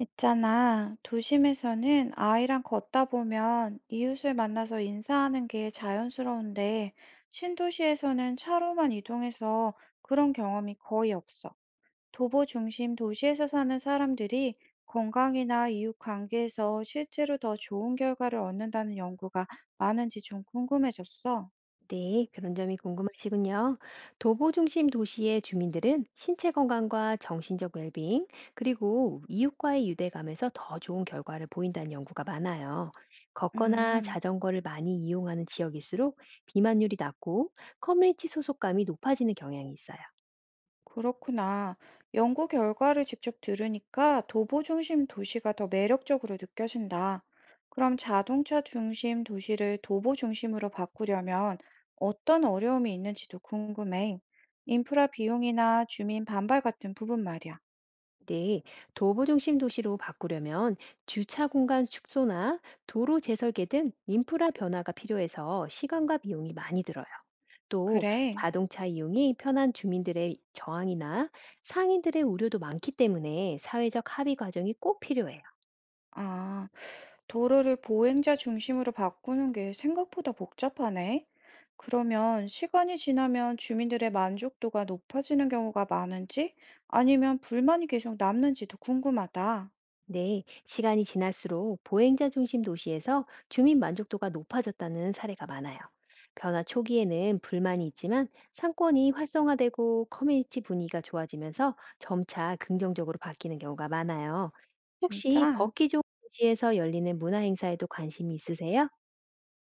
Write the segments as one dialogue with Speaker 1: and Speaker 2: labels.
Speaker 1: 있잖아, 도심에서는 아이랑 걷다 보면 이웃을 만나서 인사하는 게 자연스러운데, 신도시에서는 차로만 이동해서 그런 경험이 거의 없어. 도보 중심 도시에서 사는 사람들이 건강이나 이웃 관계에서 실제로 더 좋은 결과를 얻는다는 연구가 많은지 좀 궁금해졌어.
Speaker 2: 네, 그런 점이 궁금하시군요. 도보 중심 도시의 주민들은 신체 건강과 정신적 웰빙, 그리고 이웃과의 유대감에서 더 좋은 결과를 보인다는 연구가 많아요. 걷거나
Speaker 1: 음.
Speaker 2: 자전거를 많이 이용하는 지역일수록 비만율이 낮고 커뮤니티 소속감이 높아지는 경향이 있어요.
Speaker 1: 그렇구나. 연구 결과를 직접 들으니까 도보 중심 도시가 더 매력적으로 느껴진다. 그럼 자동차 중심 도시를 도보 중심으로 바꾸려면 어떤 어려움이 있는지도 궁금해. 인프라 비용이나 주민 반발 같은 부분 말이야.
Speaker 2: 네, 도보 중심 도시로 바꾸려면 주차 공간 축소나 도로 재설계 등 인프라 변화가 필요해서 시간과 비용이 많이 들어요. 또
Speaker 1: 그래.
Speaker 2: 자동차 이용이 편한 주민들의 저항이나 상인들의 우려도 많기 때문에 사회적 합의 과정이 꼭 필요해요.
Speaker 1: 아, 도로를 보행자 중심으로 바꾸는 게 생각보다 복잡하네. 그러면 시간이 지나면 주민들의 만족도가 높아지는 경우가 많은지 아니면 불만이 계속 남는지도 궁금하다.
Speaker 2: 네, 시간이 지날수록 보행자 중심 도시에서 주민 만족도가 높아졌다는 사례가 많아요. 변화 초기에는 불만이 있지만 상권이 활성화되고 커뮤니티 분위기가 좋아지면서 점차 긍정적으로 바뀌는 경우가 많아요. 혹시
Speaker 1: 진짜?
Speaker 2: 걷기 좋은 도시에서 열리는 문화 행사에도 관심이 있으세요?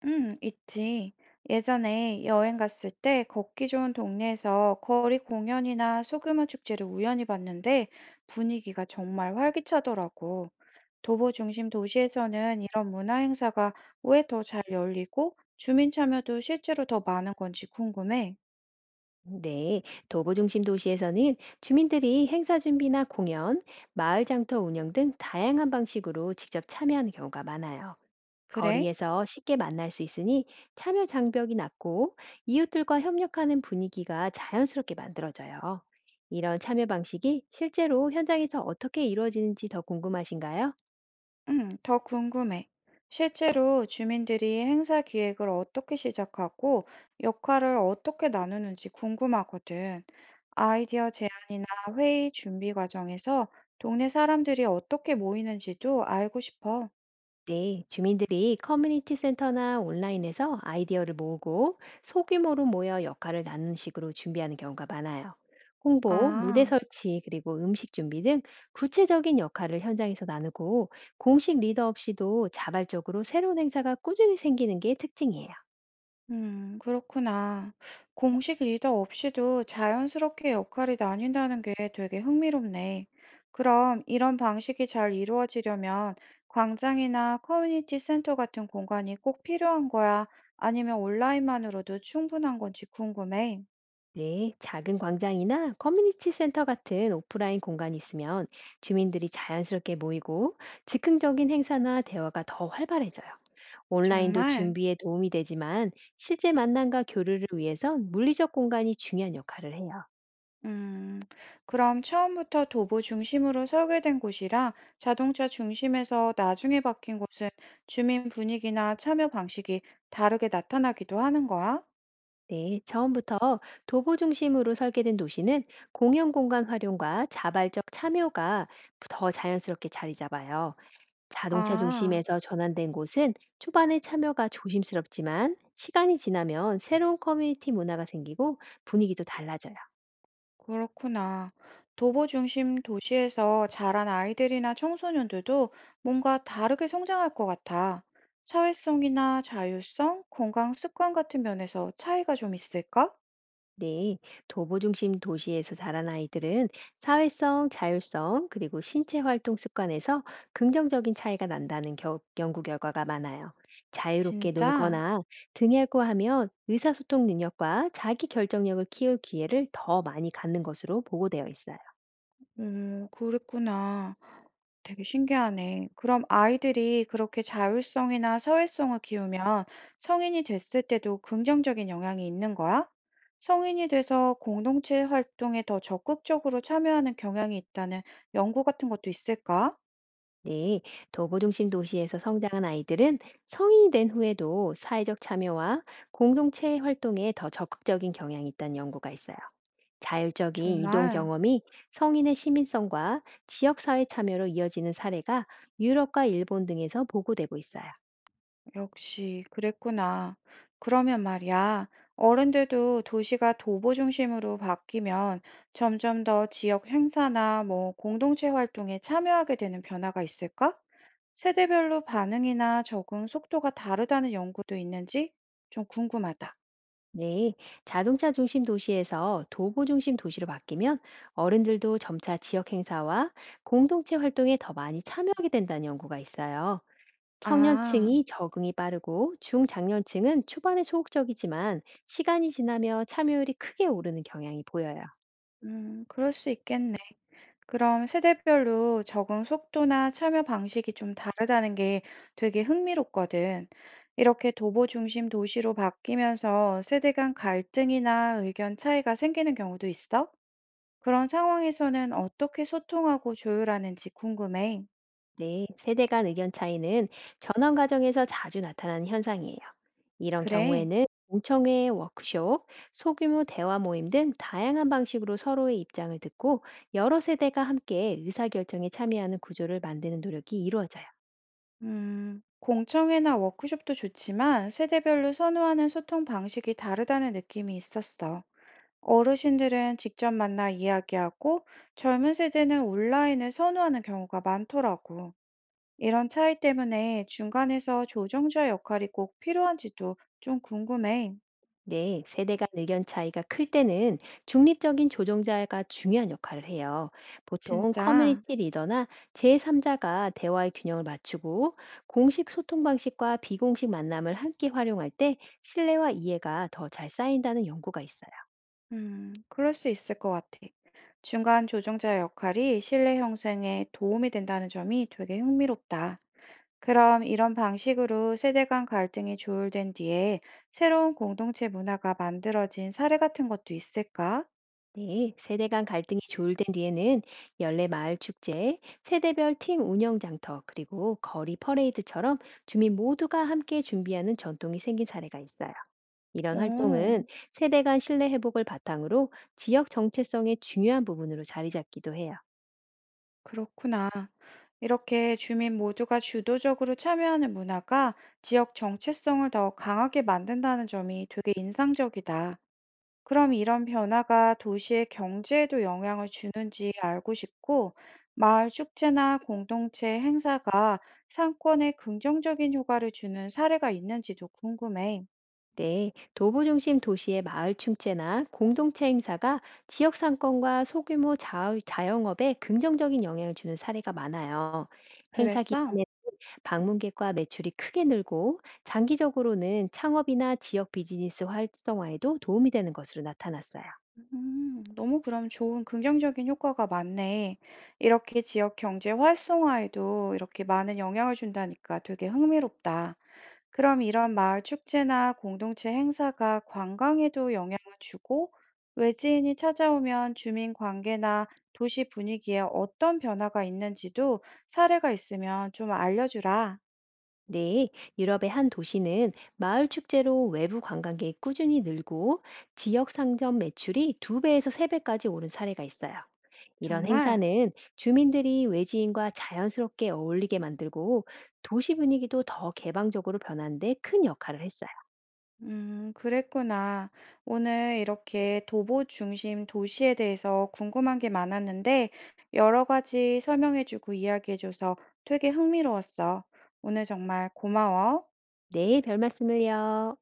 Speaker 1: 응, 있지. 예전에 여행 갔을 때 걷기 좋은 동네에서 거리 공연이나 소규모 축제를 우연히 봤는데 분위기가 정말 활기차더라고. 도보 중심 도시에서는 이런 문화 행사가 왜 더 잘 열리고 주민 참여도 실제로 더 많은 건지 궁금해.
Speaker 2: 네, 도보 중심 도시에서는 주민들이 행사 준비나 공연, 마을 장터 운영 등 다양한 방식으로 직접 참여하는 경우가 많아요.
Speaker 1: 그래?
Speaker 2: 거리에서 쉽게 만날 수 있으니 참여 장벽이 낮고 이웃들과 협력하는 분위기가 자연스럽게 만들어져요. 이런 참여 방식이 실제로 현장에서 어떻게 이루어지는지 더 궁금하신가요?
Speaker 1: 더 궁금해. 실제로 주민들이 행사 기획을 어떻게 시작하고 역할을 어떻게 나누는지 궁금하거든. 아이디어 제안이나 회의 준비 과정에서 동네 사람들이 어떻게 모이는지도 알고 싶어.
Speaker 2: 네, 주민들이 커뮤니티 센터나 온라인에서 아이디어를 모으고 소규모로 모여 역할을 나누는 식으로 준비하는 경우가 많아요. 홍보, 무대
Speaker 1: 아.
Speaker 2: 설치, 그리고 음식 준비 등 구체적인 역할을 현장에서 나누고 공식 리더 없이도 자발적으로 새로운 행사가 꾸준히 생기는 게 특징이에요.
Speaker 1: 그렇구나. 공식 리더 없이도 자연스럽게 역할이 나뉜다는 게 되게 흥미롭네. 그럼 이런 방식이 잘 이루어지려면 광장이나 커뮤니티 센터 같은 공간이 꼭 필요한 거야? 아니면 온라인만으로도 충분한 건지 궁금해.
Speaker 2: 네, 작은 광장이나 커뮤니티 센터 같은 오프라인 공간이 있으면 주민들이 자연스럽게 모이고 즉흥적인 행사나 대화가 더 활발해져요. 온라인도
Speaker 1: 정말?
Speaker 2: 준비에 도움이 되지만 실제 만남과 교류를 위해선 물리적 공간이 중요한 역할을 해요.
Speaker 1: 음, 그럼 처음부터 도보 중심으로 설계된 곳이랑 자동차 중심에서 나중에 바뀐 곳은 주민 분위기나 참여 방식이 다르게 나타나기도 하는 거야?
Speaker 2: 네, 처음부터 도보 중심으로 설계된 도시는 공용 공간 활용과 자발적 참여가 더 자연스럽게 자리 잡아요. 자동차
Speaker 1: 아,
Speaker 2: 중심에서 전환된 곳은 초반에 참여가 조심스럽지만 시간이 지나면 새로운 커뮤니티 문화가 생기고 분위기도 달라져요.
Speaker 1: 그렇구나. 도보 중심 도시에서 자란 아이들이나 청소년들도 뭔가 다르게 성장할 것 같아. 사회성이나 자율성, 건강 습관 같은 면에서 차이가 좀 있을까?
Speaker 2: 네, 도보 중심 도시에서 자란 아이들은 사회성, 자율성, 그리고 신체 활동 습관에서 긍정적인 차이가 난다는 연구 결과가 많아요. 자유롭게
Speaker 1: 진짜?
Speaker 2: 놀거나 등하고 하면 의사소통 능력과 자기 결정력을 키울 기회를 더 많이 갖는 것으로 보고되어 있어요.
Speaker 1: 그랬구나. 되게 신기하네. 그럼 아이들이 그렇게 자율성이나 사회성을 키우면 성인이 됐을 때도 긍정적인 영향이 있는 거야? 성인이 돼서 공동체 활동에 더 적극적으로 참여하는 경향이 있다는 연구 같은 것도 있을까?
Speaker 2: 네, 도보중심 도시에서 성장한 아이들은 성인이 된 후에도 사회적 참여와 공동체 활동에 더 적극적인 경향이 있다는 연구가 있어요. 자율적인 이동
Speaker 1: 정말.
Speaker 2: 경험이 성인의 시민성과 지역사회 참여로 이어지는 사례가 유럽과 일본 등에서 보고되고 있어요.
Speaker 1: 역시 그랬구나. 그러면 말이야, 어른들도 도시가 도보 중심으로 바뀌면 점점 더 지역 행사나 뭐 공동체 활동에 참여하게 되는 변화가 있을까? 세대별로 반응이나 적응 속도가 다르다는 연구도 있는지 좀 궁금하다.
Speaker 2: 네, 자동차 중심 도시에서 도보 중심 도시로 바뀌면 어른들도 점차 지역 행사와 공동체 활동에 더 많이 참여하게 된다는 연구가 있어요.
Speaker 1: 아,
Speaker 2: 청년층이 적응이 빠르고 중장년층은 초반에 소극적이지만 시간이 지나며 참여율이 크게 오르는 경향이 보여요.
Speaker 1: 그럴 수 있겠네. 그럼 세대별로 적응 속도나 참여 방식이 좀 다르다는 게 되게 흥미롭거든. 이렇게 도보 중심 도시로 바뀌면서 세대 간 갈등이나 의견 차이가 생기는 경우도 있어? 그런 상황에서는 어떻게 소통하고 조율하는지 궁금해.
Speaker 2: 네, 세대 간 의견 차이는 전원 과정에서 자주 나타나는 현상이에요. 이런
Speaker 1: 그래.
Speaker 2: 경우에는 공청회, 워크숍, 소규모 대화 모임 등 다양한 방식으로 서로의 입장을 듣고 여러 세대가 함께 의사결정에 참여하는 구조를 만드는 노력이 이루어져요.
Speaker 1: 공청회나 워크숍도 좋지만 세대별로 선호하는 소통 방식이 다르다는 느낌이 있었어. 어르신들은 직접 만나 이야기하고 젊은 세대는 온라인을 선호하는 경우가 많더라고. 이런 차이 때문에 중간에서 조정자 역할이 꼭 필요한지도 좀 궁금해.
Speaker 2: 네, 세대 간 의견 차이가 클 때는 중립적인 조종자가 중요한 역할을 해요. 보통
Speaker 1: 진짜,
Speaker 2: 커뮤니티 리더나 제3자가 대화의 균형을 맞추고 공식 소통 방식과 비공식 만남을 함께 활용할 때 신뢰와 이해가 더 잘 쌓인다는 연구가 있어요.
Speaker 1: 그럴 수 있을 것 같아. 중간 조정자 역할이 신뢰 형성에 도움이 된다는 점이 되게 흥미롭다. 그럼 이런 방식으로 세대 간 갈등이 조율된 뒤에 새로운 공동체 문화가 만들어진 사례 같은 것도 있을까?
Speaker 2: 네, 세대 간 갈등이 조율된 뒤에는 연례 마을 축제, 세대별 팀 운영 장터, 그리고 거리 퍼레이드처럼 주민 모두가 함께 준비하는 전통이 생긴 사례가 있어요. 이런 활동은
Speaker 1: 오...
Speaker 2: 세대 간 신뢰 회복을 바탕으로 지역 정체성의 중요한 부분으로 자리 잡기도 해요.
Speaker 1: 그렇구나. 이렇게 주민 모두가 주도적으로 참여하는 문화가 지역 정체성을 더 강하게 만든다는 점이 되게 인상적이다. 그럼 이런 변화가 도시의 경제에도 영향을 주는지 알고 싶고, 마을 축제나 공동체 행사가 상권에 긍정적인 효과를 주는 사례가 있는지도 궁금해.
Speaker 2: 네, 도보 중심 도시의 마을 충체나 공동체 행사가 지역 상권과 소규모 자영업에 긍정적인 영향을 주는 사례가 많아요. 행사
Speaker 1: 그랬어?
Speaker 2: 기간에 방문객과 매출이 크게 늘고 장기적으로는 창업이나 지역 비즈니스 활성화에도 도움이 되는 것으로 나타났어요.
Speaker 1: 너무 그럼 좋은 긍정적인 효과가 많네. 이렇게 지역 경제 활성화에도 이렇게 많은 영향을 준다니까 되게 흥미롭다. 그럼 이런 마을 축제나 공동체 행사가 관광에도 영향을 주고 외지인이 찾아오면 주민 관계나 도시 분위기에 어떤 변화가 있는지도 사례가 있으면 좀 알려주라.
Speaker 2: 네, 유럽의 한 도시는 마을 축제로 외부 관광객이 꾸준히 늘고 지역 상점 매출이 두배에서세배까지 오른 사례가 있어요. 이런
Speaker 1: 정말?
Speaker 2: 행사는 주민들이 외지인과 자연스럽게 어울리게 만들고 도시 분위기도 더 개방적으로 변하는 데 큰 역할을 했어요.
Speaker 1: 그랬구나. 오늘 이렇게 도보 중심 도시에 대해서 궁금한 게 많았는데, 여러 가지 설명해주고 이야기해줘서 되게 흥미로웠어. 오늘 정말 고마워.
Speaker 2: 네, 별 말씀을요.